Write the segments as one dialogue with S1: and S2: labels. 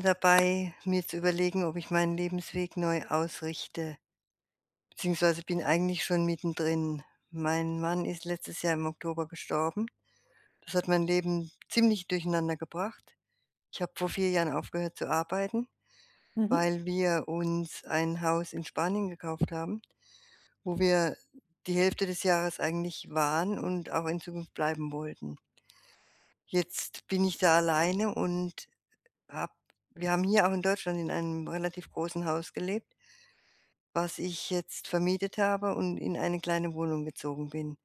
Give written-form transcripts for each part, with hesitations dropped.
S1: Dabei, mir zu überlegen, ob ich meinen Lebensweg neu ausrichte, beziehungsweise bin eigentlich schon mittendrin. Mein Mann ist letztes Jahr im Oktober gestorben. Das hat mein Leben ziemlich durcheinander gebracht. Ich habe vor 4 Jahren aufgehört zu arbeiten,
S2: Mhm.
S1: weil wir uns ein Haus in Spanien gekauft haben, wo wir die Hälfte des Jahres eigentlich waren und auch in Zukunft bleiben wollten. Jetzt bin ich da alleine und hab. Wir haben hier auch in Deutschland in einem relativ großen Haus gelebt, was ich jetzt vermietet habe und in eine kleine Wohnung gezogen bin.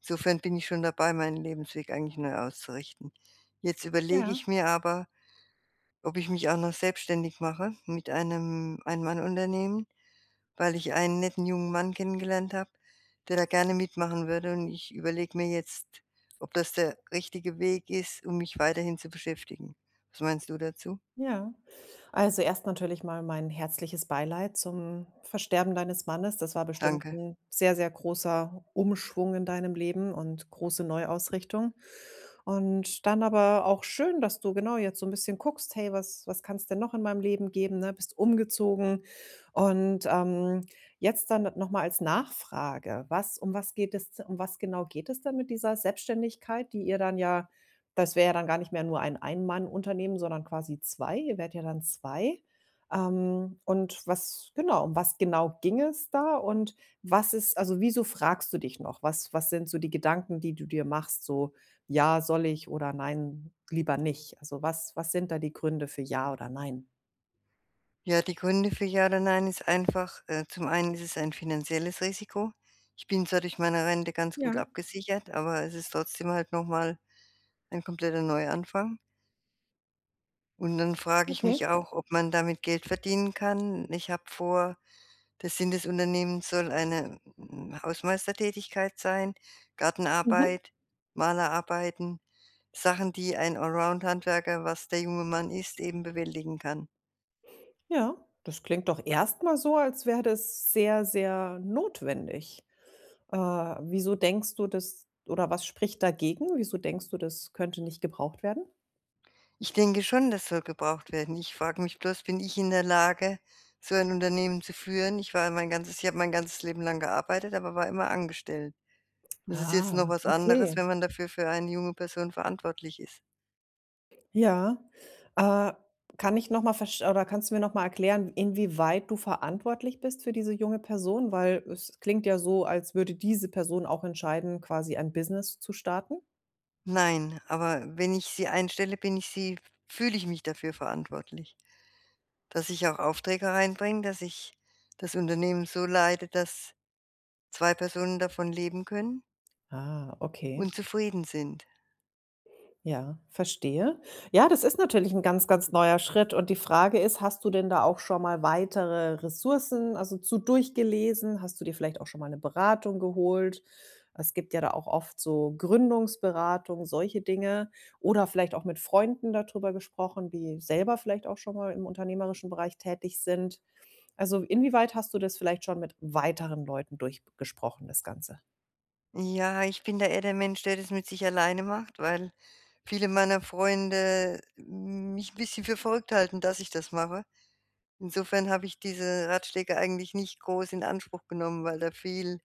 S1: Insofern bin ich schon dabei, meinen Lebensweg eigentlich neu auszurichten. Jetzt überlege
S2: Ja,
S1: ich mir aber, ob ich mich auch noch selbstständig mache mit einem Ein-Mann-Unternehmen, weil ich einen netten jungen Mann kennengelernt habe, der da gerne mitmachen würde. Und ich überlege mir jetzt, ob das der richtige Weg ist, um mich weiterhin zu beschäftigen. Was meinst du dazu?
S2: ja. Also, erst natürlich mal mein herzliches Beileid zum Versterben deines Mannes. Das war bestimmt
S1: Danke.
S2: ein sehr, sehr großer Umschwung in deinem Leben und große Neuausrichtung. Und dann aber auch schön, dass du genau jetzt so ein bisschen guckst: „Hey, was kann's denn noch in meinem Leben geben“, ne? Bist umgezogen und, jetzt dann noch mal als Nachfrage: Was um was geht es um was genau geht es denn mit dieser Selbstständigkeit, die ihr dann ja Das wäre ja dann gar nicht mehr nur ein Ein-Mann-Unternehmen, sondern quasi 2. Ihr wärt ja dann 2. Und was genau um was genau ging es da und was ist also, wieso fragst du dich noch? Was sind so die Gedanken, die du dir machst, so: „Ja, soll ich“ oder „Nein, lieber nicht?“ Also, was sind da die Gründe für „Ja“ oder „Nein“?
S1: Ja, die Gründe für ja oder nein ist einfach, zum einen ist es ein finanzielles Risiko. Ich bin zwar durch meine Rente ganz gut
S2: Ja,
S1: abgesichert, aber es ist trotzdem halt nochmal ein kompletter Neuanfang. Und dann frage ich
S2: okay.
S1: mich auch, ob man damit Geld verdienen kann. Ich habe vor, der Sinn des Unternehmens soll eine, Hausmeistertätigkeit sein,
S2: Mhm,
S1: Gartenarbeit, Malerarbeiten, Sachen, die ein Around-Handwerker, was der junge Mann ist, eben bewältigen kann.
S2: ja. Das klingt doch erstmal so, als wäre das sehr, sehr notwendig. Wieso denkst du das oder was spricht dagegen? Wieso denkst du, das könnte nicht gebraucht werden?
S1: Ich denke schon, das soll gebraucht werden. Ich frage mich bloß, bin ich in der Lage, so ein Unternehmen zu führen? Ich habe mein ganzes Leben lang gearbeitet, aber war immer angestellt. Das ist jetzt noch
S2: Ah,
S1: was anderes,
S2: okay.
S1: wenn man dafür für eine junge Person verantwortlich ist.
S2: Ja. Äh, kann ich noch mal versch oder kannst du mir noch mal erklären, inwieweit du verantwortlich bist für diese junge Person? Weil es klingt ja so, als würde diese Person auch entscheiden, quasi ein Business zu starten.
S1: Nein, aber wenn ich sie einstelle, bin ich sie fühle ich mich dafür verantwortlich, dass ich auch Aufträge reinbringe, dass ich das Unternehmen so leite, dass 2 Personen davon leben können
S2: Ah, okay.
S1: und zufrieden sind.
S2: Ja, verstehe. Ja, das ist natürlich ein ganz, ganz neuer Schritt und die Frage ist, hast du denn da auch schon mal weitere Ressourcen, also, zu durchgelesen? Hast du dir vielleicht auch schon mal eine Beratung geholt? Es gibt ja da auch oft so Gründungsberatung, solche Dinge oder vielleicht auch mit Freunden darüber gesprochen, die selber vielleicht auch schon mal im unternehmerischen Bereich tätig sind. Also, inwieweit hast du das vielleicht schon mit weiteren Leuten durchgesprochen, das Ganze?
S1: Ja, ich bin da eher der Mensch, der das mit sich alleine macht, weil viele meiner Freunde mich ein bisschen für verrückt halten, dass ich das mache. Insofern habe ich diese Ratschläge eigentlich nicht groß in Anspruch genommen, weil da viel,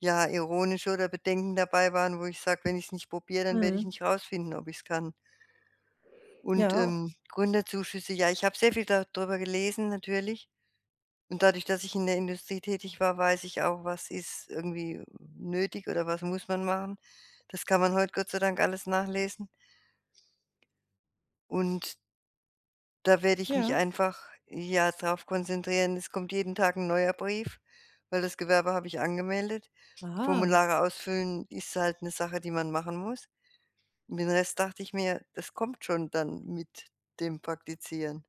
S1: ja, ironische oder Bedenken dabei waren, wo ich sage: „Wenn ich es nicht probiere, dann werde ich
S2: Mhm.
S1: nicht rausfinden, ob ich es kann.“ Und,
S2: Ja,
S1: Gründerzuschüsse, ja, ich habe sehr viel darüber gelesen natürlich. Und dadurch, dass ich in der Industrie tätig war, weiß ich auch, was ist irgendwie nötig oder was muss man machen. Das kann man heute Gott sei Dank alles nachlesen. Und da werde ich mich
S2: ja.
S1: einfach, ja, drauf konzentrieren. Es kommt jeden Tag ein neuer Brief, weil das Gewerbe habe ich angemeldet.
S2: Ah.
S1: Formulare ausfüllen ist halt eine Sache, die man machen muss. Und den Rest dachte ich mir, das kommt schon dann mit dem Praktizieren.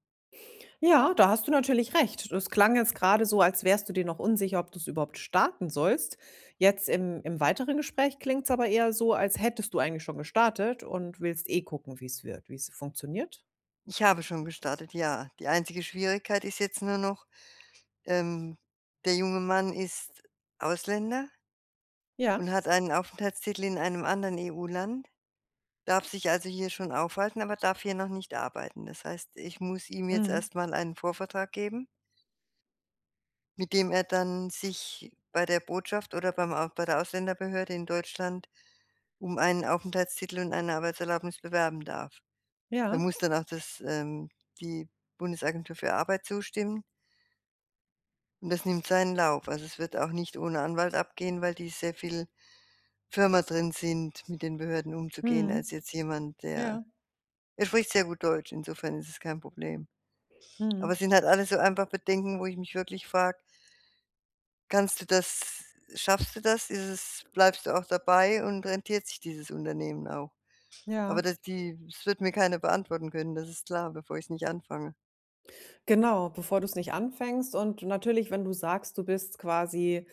S2: Ja, da hast du natürlich recht. Das klang jetzt gerade so, als wärst du dir noch unsicher, ob du es überhaupt starten sollst. Jetzt im weiteren Gespräch klingt's aber eher so, als hättest du eigentlich schon gestartet und willst eh gucken, wie es wird, wie es funktioniert.
S1: Ich habe schon gestartet, ja. Die einzige Schwierigkeit ist jetzt nur noch, Ähm, der junge Mann ist Ausländer
S2: Ja.
S1: und hat einen Aufenthaltstitel in einem anderen EU-Land, darf sich also hier schon aufhalten, aber darf hier noch nicht arbeiten. Das heißt, ich muss ihm jetzt
S2: Mhm.
S1: erst mal einen Vorvertrag geben, mit dem er dann sich bei der Botschaft oder bei der Ausländerbehörde in Deutschland um einen Aufenthaltstitel und eine Arbeitserlaubnis bewerben darf. Da
S2: Ja.
S1: muss dann auch die Bundesagentur für Arbeit zustimmen. Und das nimmt seinen Lauf. Also, es wird auch nicht ohne Anwalt abgehen, weil die sehr viel firmer drin sind, mit den Behörden umzugehen, als
S2: Mhm.
S1: jetzt jemand,
S2: Ja.
S1: der er spricht sehr gut Deutsch, insofern ist es kein Problem. Aber
S2: Mhm.
S1: es sind halt alles so einfach Bedenken, wo ich mich wirklich frage: „Kannst du das Schaffst du das? Ist es Bleibst du auch dabei und rentiert sich dieses Unternehmen auch?“ Aber
S2: Ja.
S1: das wird mir keiner beantworten können, das ist klar, bevor ich es nicht anfange.
S2: Genau, bevor du es nicht anfängst und natürlich, wenn du sagst, du bist quasi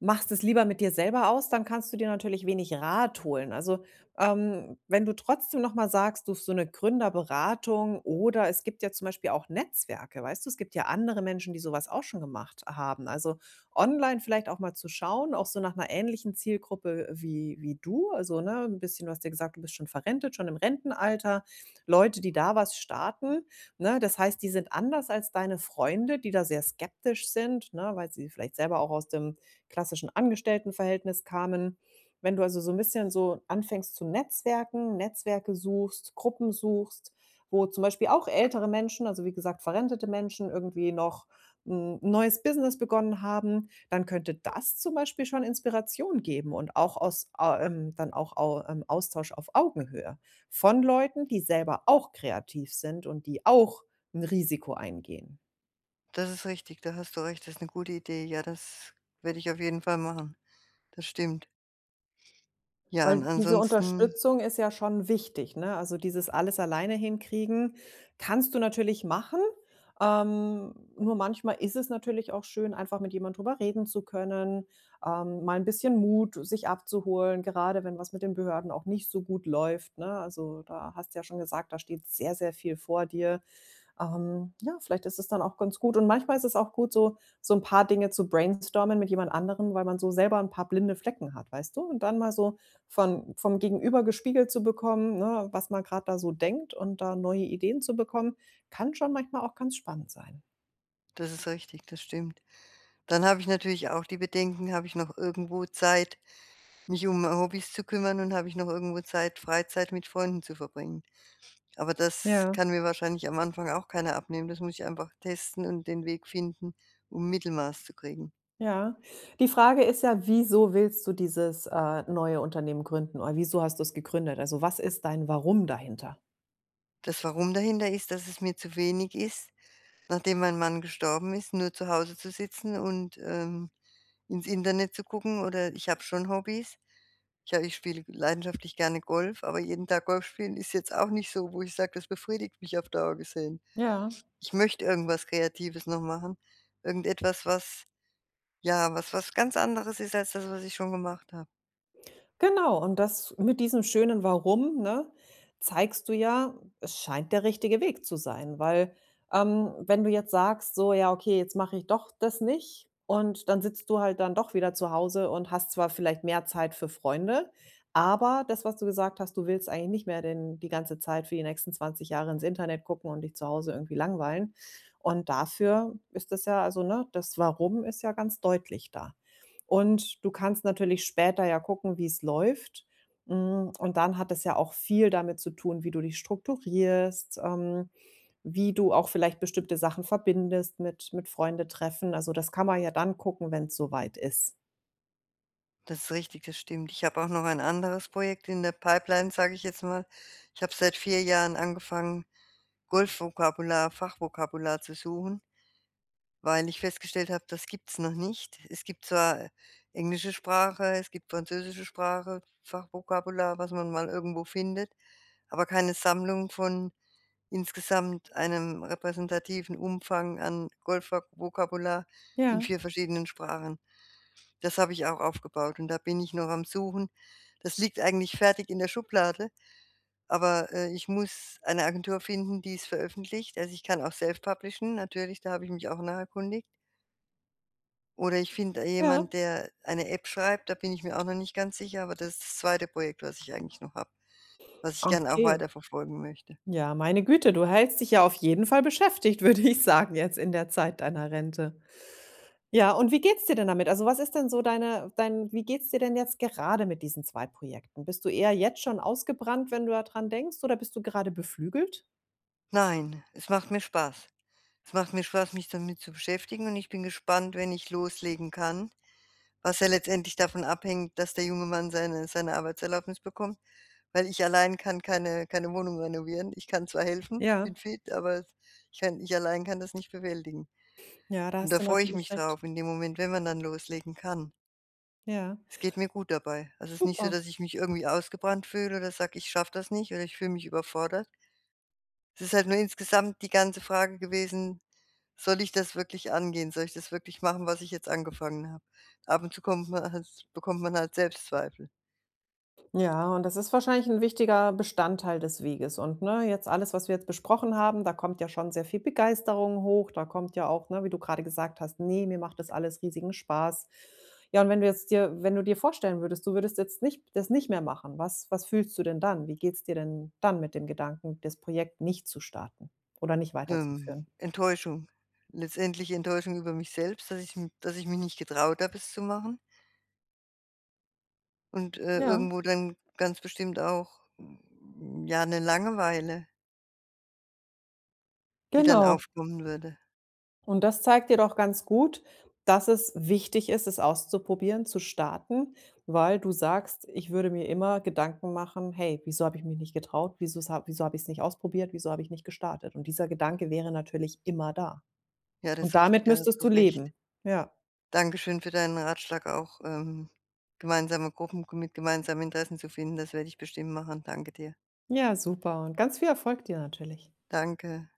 S2: machst es lieber mit dir selber aus, dann kannst du dir natürlich wenig Rat holen. Also, wenn du trotzdem noch mal sagst, du so eine Gründerberatung oder es gibt ja zum Beispiel auch Netzwerke, weißt du? Es gibt ja andere Menschen, die so was auch schon gemacht haben. Also, online vielleicht auch mal zu schauen, auch so nach einer ähnlichen Zielgruppe wie du. Also, ne, ein bisschen du hast ja gesagt, du bist schon verrentet, schon im Rentenalter. Leute, die da was starten Ne, das heißt, die sind anders als deine Freunde, die da sehr skeptisch sind, ne, weil sie vielleicht selber auch aus dem klassischen Angestelltenverhältnis kamen. Wenn du also so ein bisschen so anfängst zu netzwerken, Netzwerke suchst, Gruppen suchst, wo zum Beispiel auch ältere Menschen, also wie gesagt, verrentete Menschen irgendwie noch 'n neues Business begonnen haben, dann könnte das zum Beispiel schon Inspiration geben und auch aus, dann auch au Austausch auf Augenhöhe. Von Leuten, die selber auch kreativ sind und die auch 'n Risiko eingehen.
S1: Das ist richtig, da hast du recht, das ist eine gute Idee. Ja, das werde ich auf jeden Fall machen. Das stimmt. Ja, und
S2: Weil diese
S1: ansonsten
S2: Unterstützung ist ja schon wichtig, ne? Also, dieses alles alleine hinkriegen kannst du natürlich machen, nur manchmal ist es natürlich auch schön, einfach mit jemand drüber reden zu können, mal 'n bisschen Mut sich abzuholen, gerade wenn was mit den Behörden auch nicht so gut läuft, ne? Also, da hast du ja schon gesagt, da steht sehr, sehr viel vor dir. Ja, vielleicht ist es dann auch ganz gut und manchmal ist es auch gut, so ein paar Dinge zu brainstormen mit jemand anderem, weil man so selber ein paar blinde Flecken hat, weißt du? Und dann mal so von vom Gegenüber gespiegelt zu bekommen, ne, was man gerade da so denkt und da neue Ideen zu bekommen, kann schon manchmal auch ganz spannend sein.
S1: das ist richtig, das stimmt. Dann habe ich natürlich auch die Bedenken, habe ich noch irgendwo Zeit, mich um Hobbys zu kümmern und habe ich noch irgendwo Zeit, Freizeit mit Freunden zu verbringen. Aber das
S2: Ja.
S1: kann mir wahrscheinlich am Anfang auch keiner abnehmen. Das muss ich einfach testen und den Weg finden, um Mittelmaß zu kriegen.
S2: Ja. Die Frage ist ja, wieso willst du dieses, neue Unternehmen gründen oder wieso hast du es gegründet? Also, was ist dein Warum dahinter?
S1: Das Warum dahinter ist, dass es mir zu wenig ist, nachdem mein Mann gestorben ist, nur zu Hause zu sitzen und, ins Internet zu gucken oder ich habe schon Hobbys. Ja, ich spiele leidenschaftlich gerne Golf, aber jeden Tag Golf spielen ist jetzt auch nicht so, wo ich sage, das befriedigt mich auf Dauer gesehen.
S2: Ja.
S1: Ich möchte irgendwas Kreatives noch machen, irgendetwas, was ja, was ganz anderes ist als das, was ich schon gemacht habe.
S2: Genau, und das mit diesem schönen Warum, ne, zeigst du ja, es scheint der richtige Weg zu sein, weil, wenn du jetzt sagst, so: „Ja, okay, jetzt mache ich doch das nicht“ und dann sitzt du halt dann doch wieder zu Hause und hast zwar vielleicht mehr Zeit für Freunde, aber das, was du gesagt hast, du willst eigentlich nicht mehr den die ganze Zeit für die nächsten 20 Jahre ins Internet gucken und dich zu Hause irgendwie langweilen. Und dafür ist das ja also, ne, das Warum ist ja ganz deutlich da. Und du kannst natürlich später ja gucken, wie es läuft. Hm, und dann hat es ja auch viel damit zu tun, wie du dich strukturierst, wie du auch vielleicht bestimmte Sachen verbindest mit Freunde treffen. Also, das kann man ja dann gucken, wenn es soweit ist.
S1: Das ist richtig, das stimmt. Ich habe auch noch ein anderes Projekt in der Pipeline, sage ich jetzt mal. Ich habe seit 4 Jahren angefangen, Golfvokabular, Fachvokabular zu suchen, weil ich festgestellt habe, das gibt's noch nicht. Es gibt zwar englische Sprache, es gibt französische Sprache, Fachvokabular, was man mal irgendwo findet, aber keine Sammlung von insgesamt einem repräsentativen Umfang an Golfvokabular in
S2: Ja,
S1: 4 verschiedenen Sprachen. Das habe ich auch aufgebaut und da bin ich noch am Suchen. Das liegt eigentlich fertig in der Schublade, aber, ich muss eine Agentur finden, die es veröffentlicht. Also, ich kann auch self-publishen natürlich, da habe ich mich auch nach erkundigt. Oder ich finde
S2: ja.
S1: jemand, der eine App schreibt, da bin ich mir auch noch nicht ganz sicher, aber das ist das 2. Projekt, was ich eigentlich noch habe, was ich gern auch
S2: Okay.
S1: weiterverfolgen möchte.
S2: Ja, meine Güte, du hältst dich ja auf jeden Fall beschäftigt, würde ich sagen, jetzt in der Zeit deiner Rente. Ja, und wie geht's dir denn damit? Also, was ist denn so deine dein wie geht's dir denn jetzt gerade mit diesen 2 Projekten? Bist du eher jetzt schon ausgebrannt, wenn du da dran denkst, oder bist du gerade beflügelt?
S1: Nein, es macht mir Spaß. Es macht mir Spaß, mich damit zu beschäftigen und ich bin gespannt, wenn ich loslegen kann, was ja letztendlich davon abhängt, dass der junge Mann seine Arbeitserlaubnis bekommt, weil ich allein kann keine Wohnung renovieren Ich kann zwar helfen, ich
S2: Ja,
S1: bin fit, aber ich allein kann das nicht bewältigen.
S2: ja, da
S1: Und
S2: hast
S1: da
S2: du
S1: freue ich
S2: natürlich
S1: mich
S2: recht.
S1: drauf in dem Moment, wenn man dann loslegen kann.
S2: Ja,
S1: Es geht mir gut dabei. Also, es ist nicht so,
S2: super.
S1: dass ich mich irgendwie ausgebrannt fühle oder sage: „Ich schaffe das nicht“ oder „Ich fühle mich überfordert.“ Es ist halt nur insgesamt die ganze Frage gewesen: „Soll ich das wirklich angehen? Soll ich das wirklich machen, was ich jetzt angefangen habe?“ Ab und zu kommt man halt bekommt man halt Selbstzweifel.
S2: Ja, und das ist wahrscheinlich ein wichtiger Bestandteil des Weges und, ne, jetzt alles, was wir jetzt besprochen haben, da kommt ja schon sehr viel Begeisterung hoch, da kommt ja auch, ne, wie du gerade gesagt hast: nee mir macht das alles riesigen Spaß.“ Ja, und wenn du jetzt dir wenn du dir vorstellen würdest, du würdest jetzt nicht das nicht mehr machen, was fühlst du denn dann? Wie geht's dir denn dann mit dem Gedanken, das Projekt nicht zu starten oder nicht weiterzuführen?
S1: Enttäuschung, letztendlich Enttäuschung über mich selbst, dass ich mich nicht getraut habe, es zu machen und,
S2: Ja,
S1: irgendwo dann ganz bestimmt auch, ja, eine Langeweile, die dann
S2: genau.
S1: aufkommen würde.
S2: Und das zeigt dir doch ganz gut, dass es wichtig ist, es auszuprobieren, zu starten, weil du sagst: „Ich würde mir immer Gedanken machen: ‚Hey, wieso habe ich mich nicht getraut? Wieso es ha wieso habe ich's nicht ausprobiert? Wieso habe ich nicht gestartet?‘“ Und dieser Gedanke wäre natürlich immer da.
S1: Ja, das
S2: Und
S1: ist richtig,
S2: damit
S1: da hast
S2: müsstest
S1: du
S2: du
S1: recht.
S2: leben. Ja.
S1: Dankeschön für deinen Ratschlag auch, gemeinsame Gruppen mit gemeinsamen Interessen zu finden. Das werde ich bestimmt machen. Danke dir.
S2: Ja, super und ganz viel Erfolg dir natürlich.
S1: Danke.